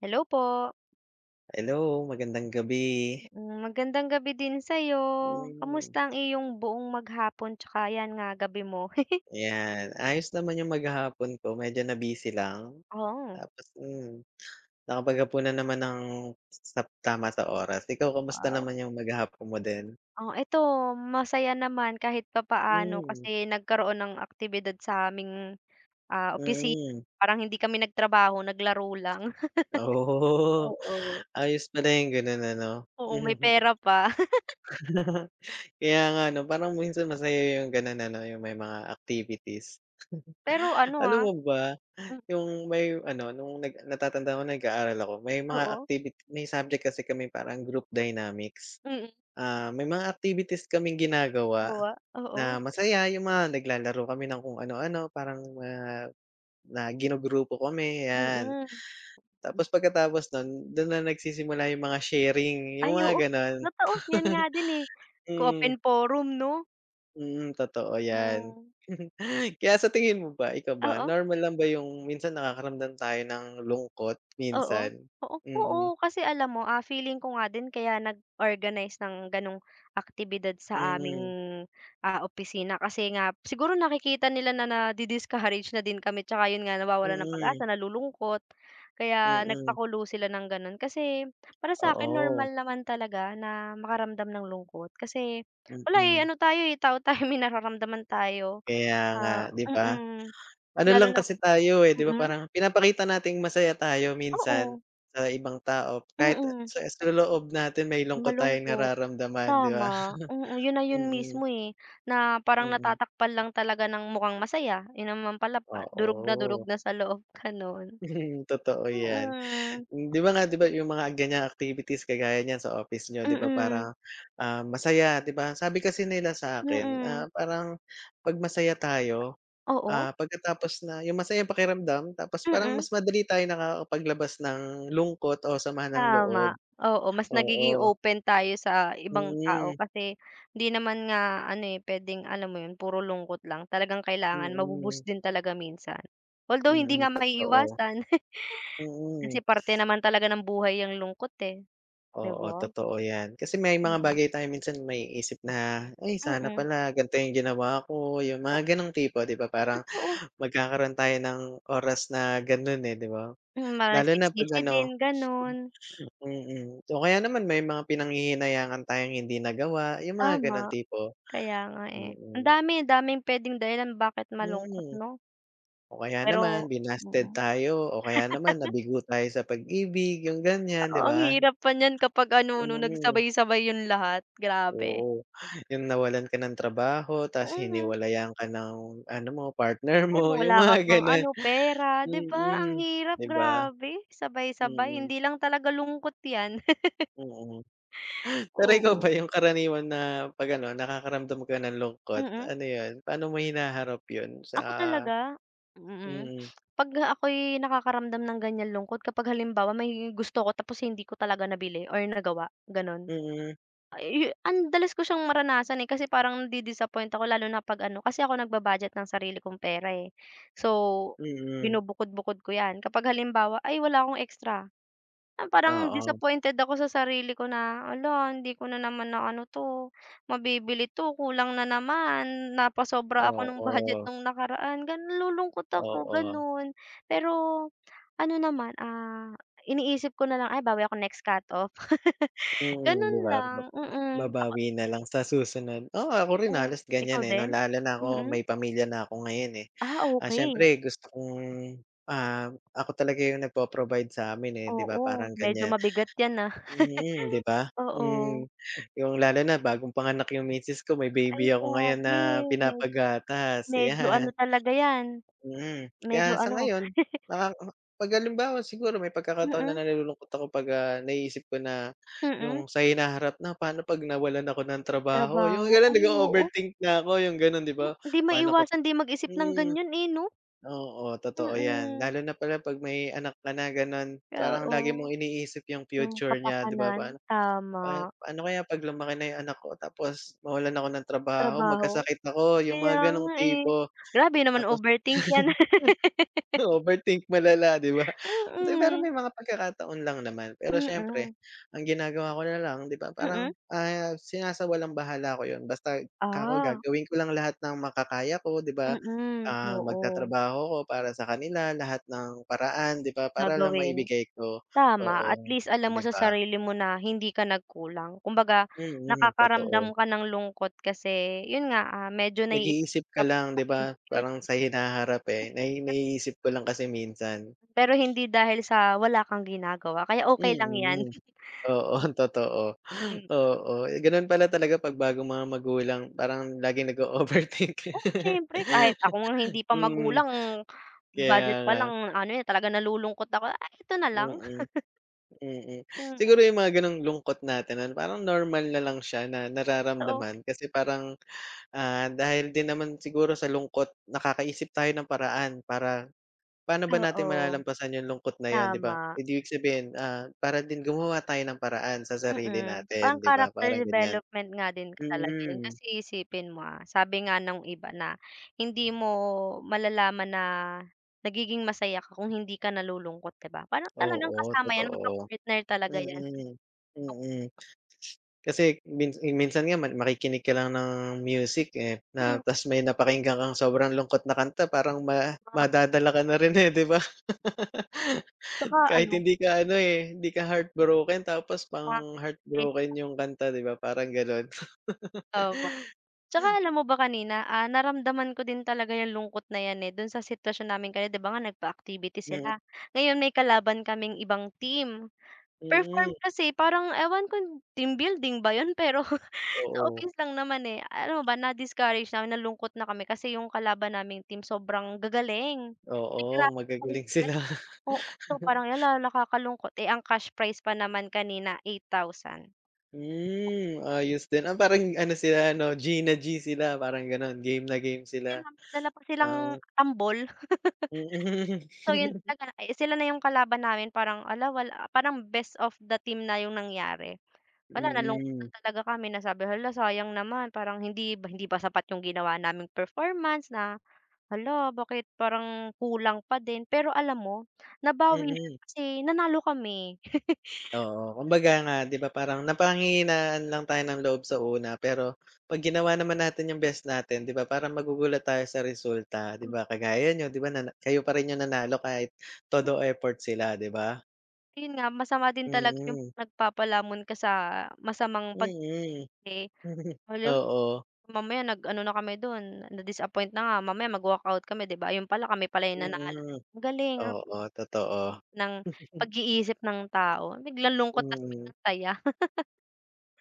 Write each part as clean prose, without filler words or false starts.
Hello po. Hello, magandang gabi. Magandang gabi din sa'yo. Hmm, Kamusta ang iyong buong maghapon tsaka 'yan nga gabi mo? ayan. Ayos naman yung maghapon ko medyo na-busy lang. Oh, Tapos nakapaghapunan naman ng sa tama sa oras. Ikaw kamusta wow. naman yung maghapon mo din? Oh, eto, masaya naman kahit papaano Hmm, kasi nagkaroon ng aktibidad sa aming, ah, opisina. mm. Parang hindi kami nagtrabaho, naglaro lang. Oo, Oo, ayos pala yung gano'n ano. oo, may Mhm. pera pa. Kaya nga 'no, parang minsan masaya yung gano'n ano, yung may mga activities. Pero ano, Alam ah, mo ba hmm, yung may ano, nung natatandaan ko nag-aaral ako, may mga oo, activity may subject kasi kami parang group dynamics. mm, Ah, may mga activities kaming ginagawa jowa, oo, na masaya, yung mga naglalaro kami ng kung ano-ano, parang mga na ginugrupo kami, 'yan. mm. Tapos pagkatapos nun, dun na nagsisimula yung mga sharing, yung Ay mga oo, gano'n. totoo 'yan nga din, eh, Hmm, open forum 'no? mm, totoo 'yan. Mm. Kaya sa tingin mo ba, ikaw ba, Oo, normal lang ba yung minsan nakakaramdam tayo ng lungkot oo. minsan? Oo, Mm. oo kasi alam mo, ah, feeling ko nga din kaya nag-organize ng gano'ng aktibidad sa aming, Mm, ah, opisina kasi nga siguro nakikita nila na nadi-discourage na din kami tsaka 'yun nga nawawalan ng mm, pag-asa, nalulungkot. Kaya mm. nagpakulo sila ng gano'n kasi para sa akin Oo, normal naman talaga na makaramdam ng lungkot kasi wala, eh, mm. ano tayo, eh, tao tayo may nararamdaman tayo. Kaya nga, Ah, 'di ba? mm, Ano lalo lang na, kasi tayo, eh, 'di ba mm, parang pinapakita nating masaya tayo minsan oo, sa ibang tao kahit mm, sa loob natin may lungkot tayong malungkot. nararamdaman, 'di ba? Tama, oo, yun na yun Mm, mismo, eh, na parang mm. natatakpan lang talaga ng mukhang masaya, eh, naman pala pa durog Oo, na sa loob, gano'n. totoo 'yan. Mm, 'Di ba nga 'di ba yung mga ganiyang activities kagaya niyan sa office niyo 'di ba mm, parang, ah, masaya 'di ba? Sabi kasi nila sa'kin, mm, ah, parang 'pag masaya tayo. oo, Ah, pagkatapos na yung masayang pakiramdam tapos parang mm, mas madali tayo nakakapaglabas ng lungkot o sama ng tama, loob, oo, mas nagiging oo. open tayo sa ibang tao Mm, kasi hindi naman nga ano, eh, puwedeng alam mo yun puro lungkot lang, talagang kailangan mm, mabu-boost din talaga minsan. Although hindi mm, nga totoo. maiiwasan, kasi Mm, parte naman talaga ng buhay ang lungkot, eh, 'di oo, ba? totoo 'yan. Kasi may mga Mm, bagay tayo minsan may isip na, "Ay sana mm. pala ganito yung ginawa ko," yung Ah, mga gano'ng tipo, 'di ba? Parang totoo. magkakaroon tayo ng oras na ganun eh, 'di ba? Mm, parang Lalo na 'pag nagsisisi din ano gano'n. mm, mm. O kaya naman may mga pinanghihinayangan tayong hindi nagawa, yung mga Tama, gano'ng tipo. kaya nga, eh. Ang Mm. dami, daming puwedeng dahilan bakit malungkot Hmm, 'no? O kaya naman Pero, binasted mm, tayo o kaya naman nabigo tayo sa pag-ibig, yung ganyan, 'di oo, ang ba? hirap pa niyan kapag ano 'no, Mm, nagsabay-sabay 'yun lahat, grabe. oo. Yung nawalan ka ng trabaho ta's Mm. hiniwalayan ka ng ano mo, partner Ay mo, wala yung ka mga pang gano'n. ano, pera, 'di ba? Ang Mm, hirap, 'di ba? grabe, sabay-sabay. Mm, Hindi lang talaga lungkot 'yan. mm. Pero ikaw ba Oo. yung karaniwan na 'pag ano, nakakaramdam ka ng lungkot, Mm. ano yun, paano mo hinaharap yun sa Ako talaga, mm. mm, 'Pag ako'y nakakaramdam ng ganiyang lungkot kapag halimbawa may gusto ko tapos hindi ko talaga nabili or nagawa, gano'n. mm, Ay, ang dalas ko siyang maranasan, eh, kasi parang nadi-disappoint ako lalo na 'pag ano kasi ako nagba-budget ng sarili kong pera, eh. So, mm. binubukod-bukod ko 'yan. Kapag halimbawa, ay wala akong extra, ah, parang Oo, disappointed ako sa sarili ko na, "Hala, hindi ko na naman naano 'to, mabibili 'to, kulang na naman, napasobra ako nung budget oo. nung nakaraan." Gano'n, nalulungkot ako, Oo, gano'n. Pero ano naman, ah, iniisip ko na lang, "Ay bawi ako next cut-off." mm, Gano'n 'di ba lang, ba mm. Ako, babawi na lang sa susunod. Oo, ako rin oo. halos Ikaw ganyan, eh, 'no, din? lalo na ako Mm. may pamilya na ako ngayon, eh. Ah, Ah, okey. siyempre gusto kong, ako talaga yung nagpo-provide sa amin eh, 'di ba Oo, parang medyo ganyan. mabigat 'yan, ah. Mm, 'di ba? Oo. Yung lalo na bagong panganak yung misis ko, may Ay baby ako ngayon na grabe, med pinapagatas, medyo ano 'yan. talaga 'yan, Mm, medyo kaya sa ano, ngayon naka 'pag halimbawa siguro may pagkakataon na mm, nalulungkot ako 'pag, ah, naiisip ko na mm, yung sa hinaharap na paano 'pag nawalan ako ng trabaho, yung trabaho. gano'n Ay oo, nag-o-overthink na ako yung gano'n 'di ba? hindi Paano ko maiwasan din mag-isip ng mm, ganyan eh, 'no? oo totoo 'yan Mm, lalo na pala 'pag may anak ka na gano'n parang oo, lagi mong iniisip yung yung future niya 'di ba? kapakanan, Paano tama, pa paano kaya 'pag lumaki na yung anak ko tapos mawalan ako ng trabaho, trabaho. magkasakit ako, yung mga Kaya gano'ng nga, eh. tipo. Grabe naman Tapos. overthink 'yan. Overthink malala, 'di ba? Hindi, pero Mm, may mga pagkakataon lang naman. Pero mm, siyempre, ang ginagawa ko na lang, 'di ba, parang, mm. ah, sinasawalang-bahala ko 'yun. Basta ako Ah, gagawin ko lang lahat ng makakaya ko, 'di ba? mm, Ah, oo, magtatrabaho ako para sa kanila, lahat ng paraan, 'di ba, para lang gagawin. maibigay ko, Tama, at oo, least alam mo 'di sa ba? sarili mo na hindi ka nagkulang. Kumbaga Mm, nakakaramdam totoo. ka ng lungkot kasi yun nga, ah, medyo Nag-iisip naiisip ka ka pa lang, sa 'di ba, parang future, sa hinaharap, eh, naiisip ko lang kasi minsan. pero hindi dahil sa wala kang ginagawa kaya okey lang yan. Mm. Oo, totoo. Mm, Oo, eh, gano'n pala talaga 'pag bagong mga magulang parang laging nag overthink oo siyempre kahit ako nga hindi pa Mm, magulang, kaya budget pa nga. lang ano, eh, talagang nalulungkot ako, "Ay ito na lang." Mm, mm. Mm, Siguro yung mga gano'ng lungkot natin ano, parang normal na lang siya na oo, nararamdaman kasi parang, ah, dahil din naman siguro sa lungkot nakakaisip tayo ng paraan para paano ba natin oo, malalampasan yung lungkot na yon 'di ba? tama. Eh, di ibig sabihin, ah, para din gumawa tayo ng paraan sa sarili Mm, parang natin, 'di ba? character Parang ganyan. development nga din ka talaga yun Mm. kasi isipin mo, ah, sabi nga nung iba na hindi mo malalaman na nagiging masaya ka kung hindi ka nalulungkot, 'di ba? Parang talagang Oo, kasama yan, totoo. magka-partner talaga yan. Mm, mm. Kasi minsan nga man makikinig ka lang ng music, eh, Mm, na ta's may napakinggan kang sobrang lungkot na kanta parang ma madadala ka na rin, eh, 'di ba? tsaka Kahit ano, hindi ka ano, eh, hindi ka heartbroken tapos pang makaka-relate, heartbroken yung kanta 'di ba, parang gano'n. tama. Tsaka alam mo ba kanina, ah, naramdaman ko din talaga yung lungkot na yan, eh, dun sa sitwasyon namin kanina 'di ba nga nagpa-activity Mm, sila, ngayon may kalaban kaming ibang team. Perform mm, kasi parang ewan ko team building ba yun pero sa oo, office lang naman, eh, ano ba na-discourage na nalungkot na kami kasi yung kalaban naming team sobrang gagaling. oo, Nag-grabe kasi magagaling sila, sila. oo, so parang hala nakakalungkot, eh, ang cash prize pa naman kanina 8,000. Hmm, ayos din. Ah, parang ano sila ano, Gina G sila parang gano'n, game na game sila, Sila dala pa silang oo. tambol, Mm. so yun talaga, eh, sila na yung kalaban namin parang wala parang best of the team na yung nangyari. Wala, nalungkot na Mm. talaga kami na sabi, "Hala sayang naman parang hindi ba, hindi pa sapat yung ginawa naming performance na hala bakit parang kulang pa din." Pero alam mo nabawi siya Mm. kasi nanalo kami. Oo, kumbaga nga 'di ba parang napanghihinaan lang tayo ng loob sa una pero 'pag ginawa naman natin yung best natin 'di ba parang magugulat tayo sa resulta 'di ba? Kagaya niyo 'di ba na kayo pa rin yung nanalo kahit todo effort sila 'di ba? Yun nga masama din talaga yung Mm, nagpapalamon ka sa masamang mm. pag-arte. Alam mo, Oo, mamaya nag-ano na kami dun na-disappoint na nga mamaya mag-walkout kami 'di ba? Yung pala kami pala yung nanalo. mm. Ang galing Oo, totoo. ng pag-iisip ng tao biglang lungkot tas Mm. biglang saya.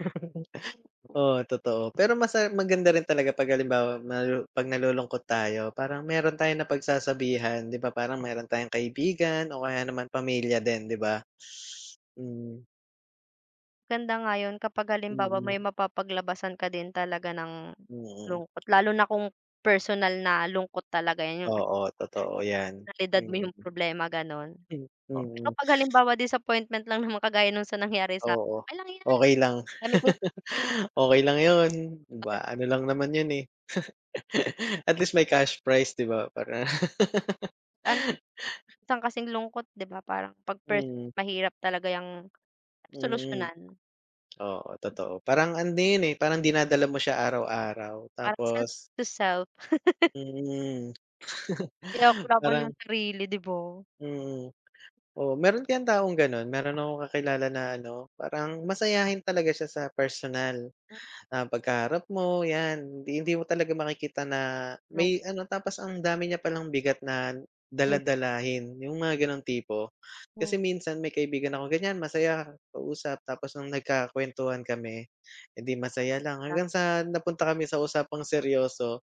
Oo, totoo. Pero masa maganda rin talaga 'pag halimbawa nalu 'pag nalulungkot tayo parang meron tayong napagsasabihan, 'di ba? Parang meron tayong kaibigan o kaya naman pamilya din, 'di ba? Hmm, Ganda nga yun kapag halimbawa mm, may mapapaglabasan ka din talaga ng mm. lungkot, lalo na kung personal na lungkot talaga yan, yung Oo, totoo 'yan. personalidad mo Mm, yung problema gano'n. hmm, O mm. kapag halimbawa disappointment lang naman kagaya nung sa nangyari sa'kin, Oo, okey lang yan, okey lang. dami kong Okey lang 'yun, 'di ba? Ano lang naman 'yun, eh. At least may cash prize, 'di ba? Para ano, eh, minsan kasing lungkot 'di ba parang 'pag personal mm, mahirap talaga yang mm. solusyonan, Oo, totoo. Parang ano yun, eh, parang dinadala mo siya araw-araw parang self tapos to self. mm. Kaya ako laban Parang ng sarili 'di ba? mm. Oo, meron kayang taong gano'n? Meron akong kakilala na ano, parang masayahin talaga siya sa personal. Hmm, Ah, pagkaharap mo 'yan, hindi hindi mo talaga makikita na may lungkot ano tapos ang dami niya palang bigat na dala din. yung mga gano'ng tipo. Hmm, Kasi minsan may kaibigan ako ganyan masaya kausap tapos nung nagkakuwentuhan kami, hindi sabi ko masaya lang hanggang sa napunta kami sa usapang seryoso,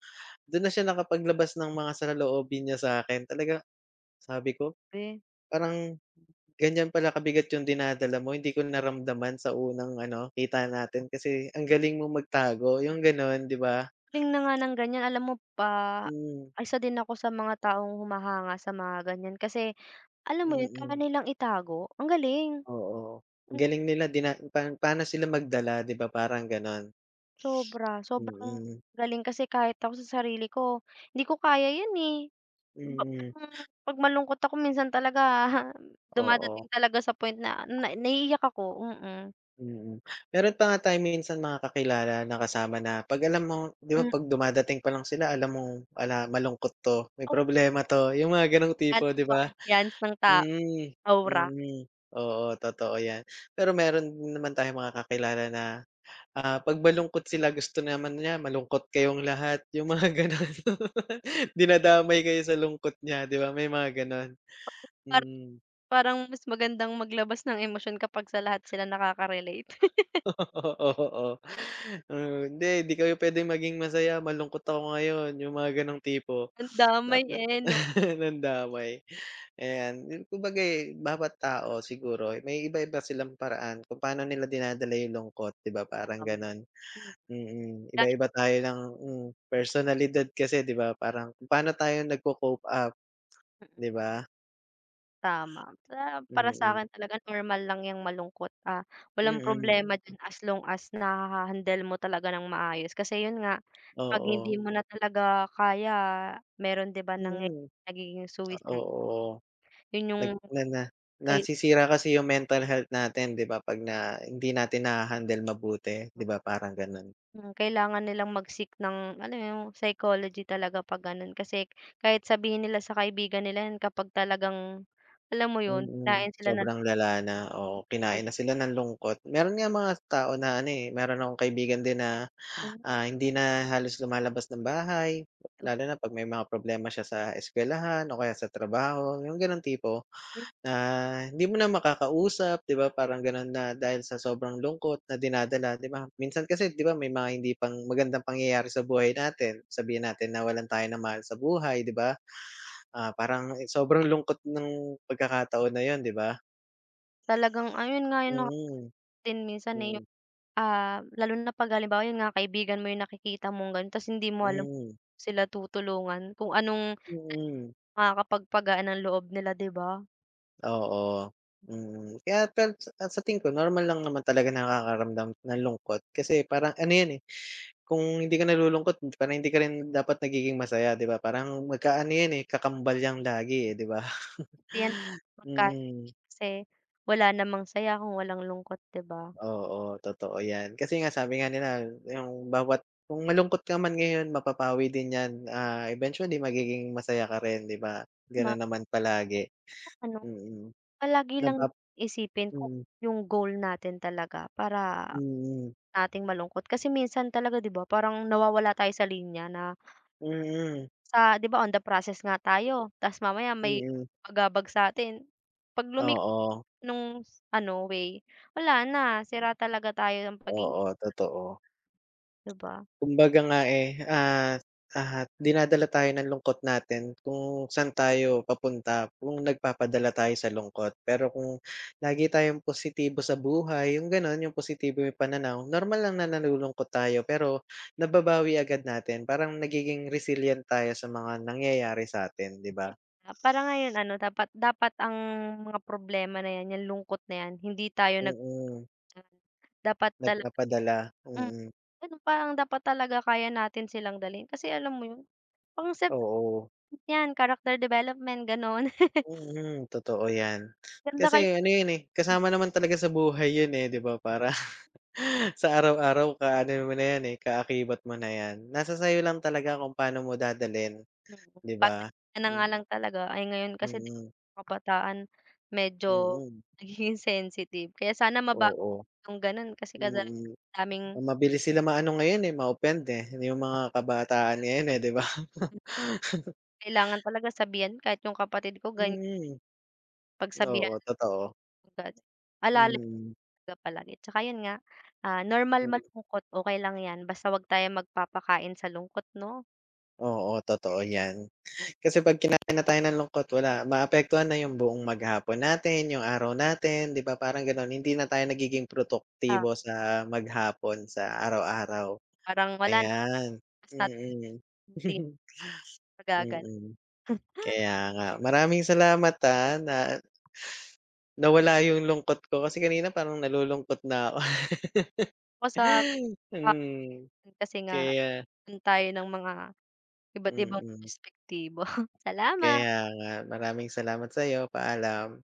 dun na siya nakapaglabas ng mga saloobin niya sa akin talaga sabi ko grabe. parang ganyan pala kabigat yung dinadala mo, hindi ko naramdaman sa unang ano, kita natin kasi ang galing mong magtago, yung gano'n, 'di ba? Galing na nga ng ganyan alam mo pa Hmm, isa din ako sa mga taong humahanga sa mga ganyan kasi alam mo yun kaya mm. nilang itago, ang galing. Oo, ang Hmm, galing nila dina pa paano sila magdala, 'di ba, parang gano'n. sobra, sobrang Mm, galing kasi kahit ako sa sarili ko, hindi ko kaya yun, eh. Ba mm. parang 'pag malungkot ako minsan talaga dumadating Oo, talaga sa point na na naiiyak ako. Mm-mm. Mm. mm. Meron pa nga tayong minsan mga kakilala na kasama na 'pag alam mo 'di ba Hmm, 'pag dumadating pa lang sila alam mong, "Ala, malungkot 'to, may oh, problema 'to." Yung mga gano'ng tipo, ano 'di ba ba? ambiance ng tao, Hmm, aura. mm. Oo, totoo 'yan. Pero meron naman tayong mga kakilala na, ah, 'pag malungkot sila gusto naman niya malungkot kayong lahat, yung mga gano'n. Dinadamay kayo sa lungkot niya, 'di ba, may mga gano'n? Para Mm. parang mas magandang maglabas ng emosyon kapag sa lahat sila nakaka-relate. Oo, oo. "Hindi, 'di kayo puwedeng maging masaya, malungkot ako ngayon." Yung mga gano'ng tipo. Ang damay, Dapat eh, 'no? ng damay. Ayan, yun kumbaga, eh, bawat tao siguro eh, may iba-iba silang paraan kung paano nila dinadala yung lungkot, 'di ba, parang Tama. gano'n. Hmm, Mm, gan iba-iba tayo ng personalidad kasi, 'di ba, parang kung paano tayo nagco-cope up, mm, 'di ba? tama. Sa para Mm, sa'kin talaga normal lang 'yang malungkot, ah, walang mm, problema diyan as long as naha-handle mo talaga ng maayos. Kasi 'yun nga, 'pag hindi oo. mo na talaga kaya, meron 'di ba Mm, nagiging suicide. oo, 'Yun nag 'yung na na kay nasisira kasi yung mental health natin, 'di ba, 'pag na hindi natin naha-handle mabuti, 'di ba, parang gano'n. hmm, kailangan nilang mag-seek ng alam mo 'yung psychology talaga 'pag gano'n. Kasi kahit sabihin nila sa kaibigan nila 'yun kapag talagang alam mo 'yun, Mm, kinain sila ng sobrang lala na, oo, kinain na sila ng lungkot. Meron nga mga tao na ano, eh, meron akong kaibigan din na, alcohol, ah, hindi na halos lumalabas ng bahay, lalo na 'pag may mga problema siya sa eskuwelahan o kaya sa trabaho, yung gano'ng tipo okey. na hindi mo na makakausap, 'di ba, parang gano'n na dahil sa sobrang lungkot na dinadala, 'di ba? Minsan kasi, 'di ba, may mga hindi pang magandang pangyayari sa buhay natin, sabihin natin nawalan tayo ng mahal sa buhay, 'di ba? Ah, parang sobrang lungkot ng pagkakataon na 'yun, 'di ba? Talagang ayun nga 'yung Mm, din minsan, eh, yung, mm, ah, lalo na 'pag halimbawa yun nga kaibigan mo yung nakikita mong gano'n ta's hindi mo alam mm, sila tutulungan kung anong mm, makakapagpagaan ng loob nila, 'di ba? oo, mm. Kaya pero sa tingin ko normal lang naman talaga nakakaramdam ng lungkot kasi parang ano 'yan, eh, kung hindi ka nalulungkot parang hindi ka rin dapat nagiging masaya 'di ba? Parang magkaano 'yan, eh, kakambal 'yang lagi, eh, 'di ba? Hindi yan magkano Mm, kasi wala namang saya kung walang lungkot, 'di ba? oo, totoo 'yan. Kasi nga sabi nga nila yung bawat kung malungkot ka man ngayon mapapawi din 'yan, ah, eventually magiging masaya ka rin 'di ba? Ma, Gano'n naman palagi, ano, mm. mm. palagi lang Napa isipin kung Mm, yung goal natin talaga para mm, nating malungkot kasi minsan talaga, 'di ba, parang nawawala tayo sa linya na mm, Sa 'di ba on the process nga tayo tas mamaya may mm. magabag sa'tin, 'pag Oo, nung ano way, wala na sira talaga tayo ng pag-iisip oo, totoo. 'di ba? Kumbaga nga, eh, dinadala tayo ng lungkot natin kung saan tayo papunta kung nagpapadala tayo sa lungkot. Pero kung lagi tayong positibo sa buhay, yung gano'n, yung positibo yung pananaw, normal lang na nalulungkot tayo pero nababawi agad natin. Parang nagiging resilient tayo sa mga nangyayari sa atin, 'di ba? Para ngayon ano dapat, ang mga problema na 'yan, 'yang lungkot na 'yan hindi tayo Mm, dapat talaga, nagpapadala, hmm, mm, gano'n parang dapat talaga kaya natin silang dalhin kasi alam mo 'yun, pang self-help oo. 'yan, character development gano'n. Mm, totoo 'yan. Ganda kaya, Kasi ano 'yun, eh, kasama naman talaga sa buhay 'yun, eh, 'di ba? Para sa araw-araw kaano mo na 'yan, eh, kaakibat mo na 'yan. Nasa sa'yo lang talaga kung paano mo dadalhin, mm, 'di bata ba? ka na Hmm, nga lang talaga. Ay ngayon kasi 'di mm, ba kabataan medyo mm. nagiging sensitive. Kaya sana mabago Oo, yung gano'n kasi mm. kadalasan mm. daming Mabilis sila maano ngayon, eh, ma-offend, eh, yung mga kabataan ngayon, eh, 'di ba? kailangan talaga sabihan kahit yung kapatid ko ganyan Mm, oo, pagsabihan totoo. agad. Alalay Mm, talaga palagi. Tsaka yun nga, ah, normal hmm. malungkot, okay lang 'yan basta 'wag tayo magpapakain sa lungkot 'no? Oo, totoo 'yan. Kasi 'pag kinain na tayo ng lungkot wala, maapektuhan na yung buong maghapon natin, yung araw natin, 'di ba, parang gano'n. Hindi na tayo nagiging Ah, produktibo sa maghapon, sa araw-araw. parang wala na, Ayan, basta mm. hindi magagalaw. Mm, kaya nga. Maraming salamat, ah, na nawala yung lungkot ko kasi kanina parang nalulungkot na ako. Ako sa bakit Hmm, kasi nga kaya do'n tayo ng mga iba't ibang mm. perspektibo. Salamat. Kaya nga. Maraming salamat sa'yo. Paalam.